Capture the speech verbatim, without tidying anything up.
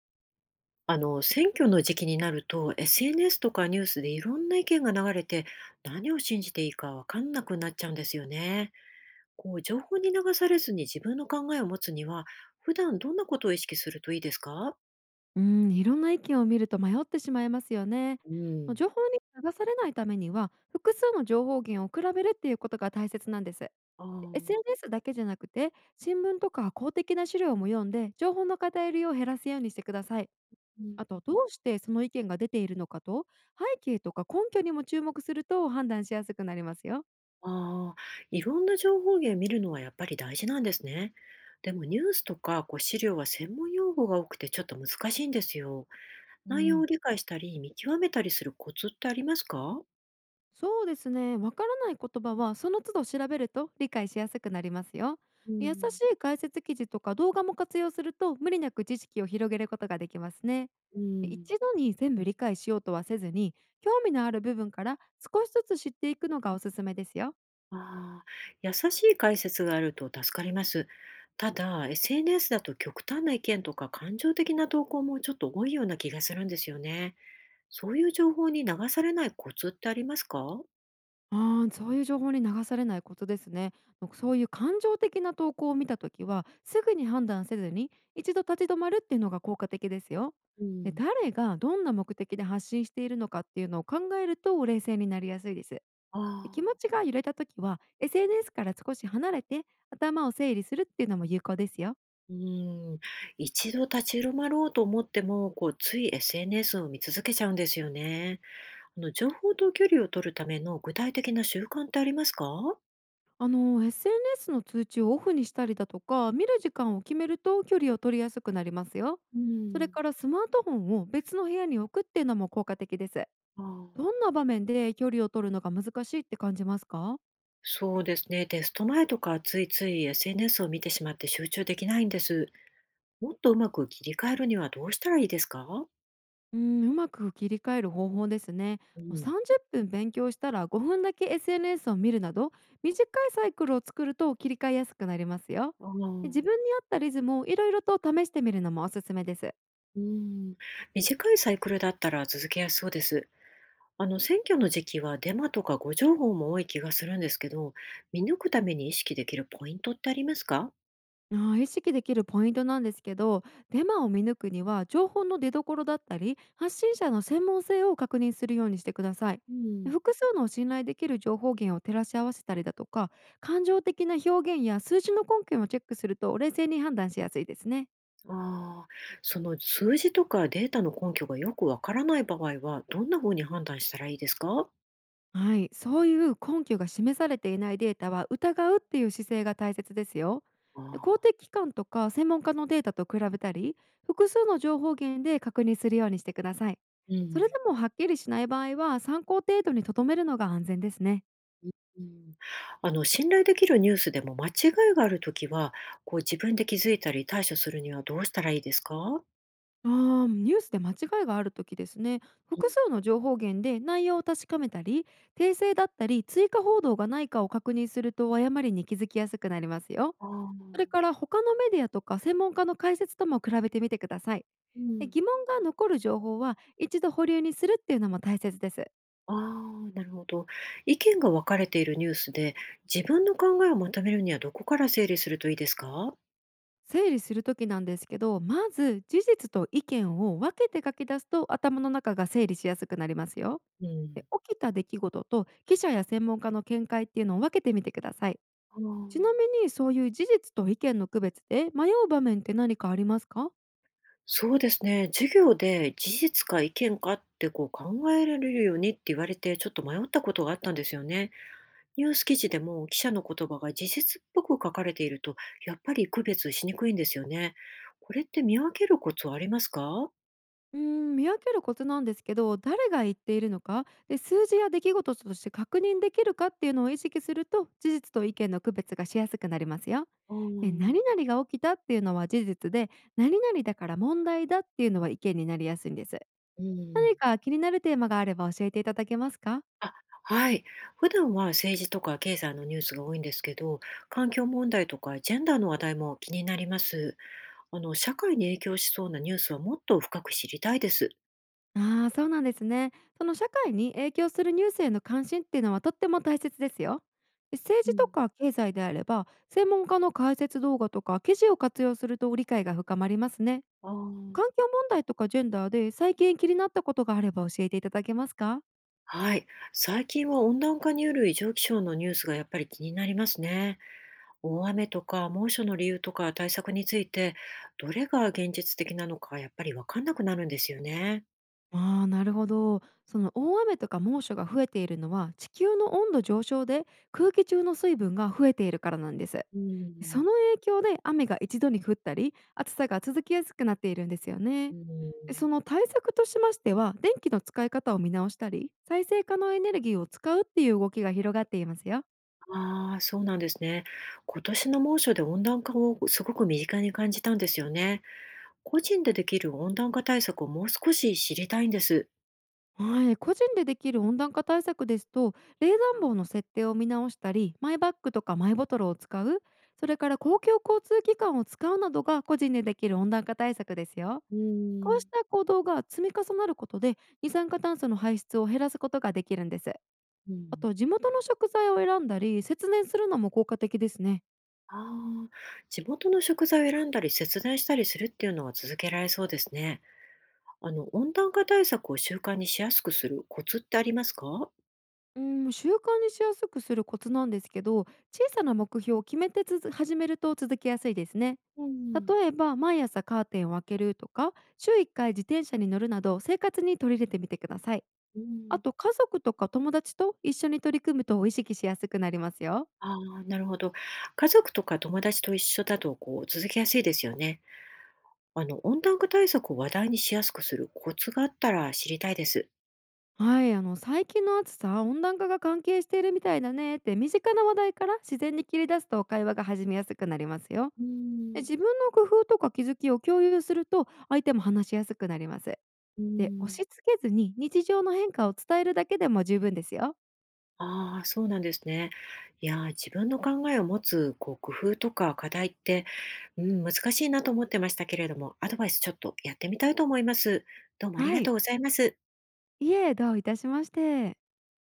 あの選挙の時期になると エスエヌエス とかニュースでいろんな意見が流れて何を信じていいか分かんなくなっちゃうんですよね。こう情報に流されずに自分の考えを持つには普段どんなことを意識するといいですか？うん、いろんな意見を見ると迷ってしまいますよね。うもうん。情報に流されないためには、複数の情報源を比べるっていうことが大切なんです。で あー、エスエヌエス だけじゃなくて、新聞とか公的な資料も読んで、情報の偏りを減らすようにしてください。うん、あと、どうしてその意見が出ているのかと、背景とか根拠にも注目すると判断しやすくなりますよ。あー、いろんな情報源見るのはやっぱり大事なんですね。でもニュースとかこう資料は専門用語が多くてちょっと難しいんですよ。う内容ん、を理解したり見極めたりするコツってありますか？そうですね。わからない言葉はその都度調べると理解しやすくなりますよ。う優しん、い解説記事とか動画も活用すると無理なく知識を広げることができますね。うん。一度に全部理解しようとはせずに、興味のある部分から少しずつ知っていくのがおすすめですよ。ああ、優しい解説があると助かります。ただ、エスエヌエス だと極端な意見とか感情的な投稿もちょっと多いような気がするんですよね。そういう情報に流されないコツってありますか？ああ、そういう情報に流されないことですね。そういう感情的な投稿を見たときは、すぐに判断せずに一度立ち止まるっていうのが効果的ですよ。うで、ん、誰がどんな目的で発信しているのかっていうのを考えると冷静になりやすいです。で、あ気あ、持ちが揺れたときは、エスエヌエス から少し離れて頭を整理するっていうのも有効ですよ。うん。一度立ち止まろうと思っても、こう、つい エスエヌエス を見続けちゃうんですよね。あの、情報と距離を取るための具体的な習慣ってありますか？あの エスエヌエス の通知をオフにしたりだとか見る時間を決めると距離を取りやすくなりますよ。うそれん。からスマートフォンを別の部屋に置くっていうのも効果的です。ああ。どんな場面で距離を取るのが難しいって感じますか？そうですね。テスト前とかついつい エスエヌエス を見てしまって集中できないんです。もっとうまく切り替えるにはどうしたらいいですか？うん、うまく切り替える方法ですね。うもうん、さんじゅっぷん勉強したらごふんだけ エスエヌエス を見るなど、短いサイクルを作ると切り替えやすくなりますよ。ああ、で、自分に合ったリズムをいろいろと試してみるのもおすすめです。うん。短いサイクルだったら続けやすそうです。あの、選挙の時期はデマとか誤情報も多い気がするんですけど、見抜くために意識できるポイントってありますか？あー、意識できるポイントなんですけど、デマを見抜くには情報の出所だったり発信者の専門性を確認するようにしてください。うん、複数の信頼できる情報源を照らし合わせたりだとか、感情的な表現や数字の根拠をチェックすると冷静に判断しやすいですね。ああ、その数字とかデータの根拠がよくわからない場合は、どんなふうに判断したらいいですか？はい、そういう根拠が示されていないデータは疑うっていう姿勢が大切ですよ。公ああ的機関とか専門家のデータと比べたり複数の情報源で確認するようにしてください。ー、うそれでん。もはっきりしない場合は参考程度にとどめるのが安全ですね。うん、あの信頼できるニュースでも間違いがあるときは、こう自分で気づいたり対処するにはどうしたらいいですか？あー、ニュースで間違いがある時ですね。うん、複数の情報源で内容を確かめたり、訂正だったり追加報道がないかを確認すると誤りに気づきやすくなりますよ。あそれー、から他のメディアとか専門家の解説とも比べてみてください。うで、ん。疑問が残る情報は一度保留にするっていうのも大切です。ああ、なるほど。意見が分かれているニュースで、自分の考えをまとめるにはどこから整理するといいですか？整理する時なんですけど、まず事実と意見を分けて書き出すと頭の中が整理しやすくなりますよ。うん。で、起きた出来事と記者や専門家の見解っていうのを分けてみてください。あ、ちうなみにそういう事実と意見の区別で迷う場面って何かありますか？そうですね。授業で事実か意見かってこう考えられるようにって言われて、ちょっと迷ったことがあったんですよね。ニュース記事でも記者の言葉が時実っぽく書かれていると、やっぱり区別しにくいんですよね。これって見分けるコツはありますか？うーん、見分けるコツなんですけど、誰が言っているのかで数字や出来事として確認できるかっていうのを意識すると事実と意見の区別がしやすくなりますよ。あで、ー、何々が起きたっていうのは事実で、何々だから問題だっていうのは意見になりやすいんです。うん。何か気になるテーマがあれば教えていただけますか？あ、はい。普段は政治とか経済のニュースが多いんですけど、環境問題とかジェンダーの話題も気になります。あの、社会に影響しそうなニュースはもっと深く知りたいです。ああ、そうなんですね。その社会に影響するニュースへの関心っていうのはとっても大切ですよ。で、政う治とん、か経済であれば、専門家の解説動画とか記事を活用すると理解が深まりますね。あー、環境問題とかジェンダーで最近気になったことがあれば教えていただけますか？はい。最近は温暖化による異常気象のニュースがやっぱり気になりますね。大雨とか猛暑の理由とか対策について、どれが現実的なのかやっぱり分かんなくなるんですよね。ああ、なるほど。その大雨とか猛暑が増えているのは地球の温度上昇で空気中の水分が増えているからなんです。うそん。の影響で雨が一度に降ったり暑さが続きやすくなっているんですよね。うで、そん。の対策としましては電気の使い方を見直したり再生可能エネルギーを使うっていう動きが広がっていますよ。ああ、そうなんですね。今年の猛暑で温暖化をすごく身近に感じたんですよね。個人でできる温暖化対策をもう少し知りたいんです。はい、個人でできる温暖化対策ですと冷暖房の設定を見直したりマイバッグとかマイボトルを使う、それから公共交通機関を使うなどが個人でできる温暖化対策ですよ。うこうしん。た行動が積み重なることで二酸化炭素の排出を減らすことができるんです。うあん。と地元の食材を選んだり節電するのも効果的ですね。ああ、地元の食材を選んだり節電したりするっていうのは続けられそうですね。あの、温暖化対策を習慣にしやすくするコツってありますか？うん、習慣にしやすくするコツなんですけど、小さな目標を決めてつづ始めると続けやすいですね。うん、例えば毎朝カーテンを開けるとか週いっかい自転車に乗るなど生活に取り入れてみてください。うあん。と家族とか友達と一緒に取り組むと意識しやすくなりますよ。ああ、なるほど。家族とか友達と一緒だと、こう、続けやすいですよね。あの、温暖化対策を話題にしやすくするコツがあったら知りたいです。はい、あの最近の暑さ温暖化が関係しているみたいだねって身近な話題から自然に切り出すと会話が始めやすくなりますよ。うで、ん、自分の工夫とか気づきを共有すると相手も話しやすくなります。うで、押ん。し付けずに日常の変化を伝えるだけでも十分ですよ。ああ、そうなんですね。いやー、自分の考えを持つ、こう、工夫とか課題って、うん、難しいなと思ってましたけれども、アドバイスちょっとやってみたいと思います。どうもありはがとい、うございます。いえ、どういたしまして。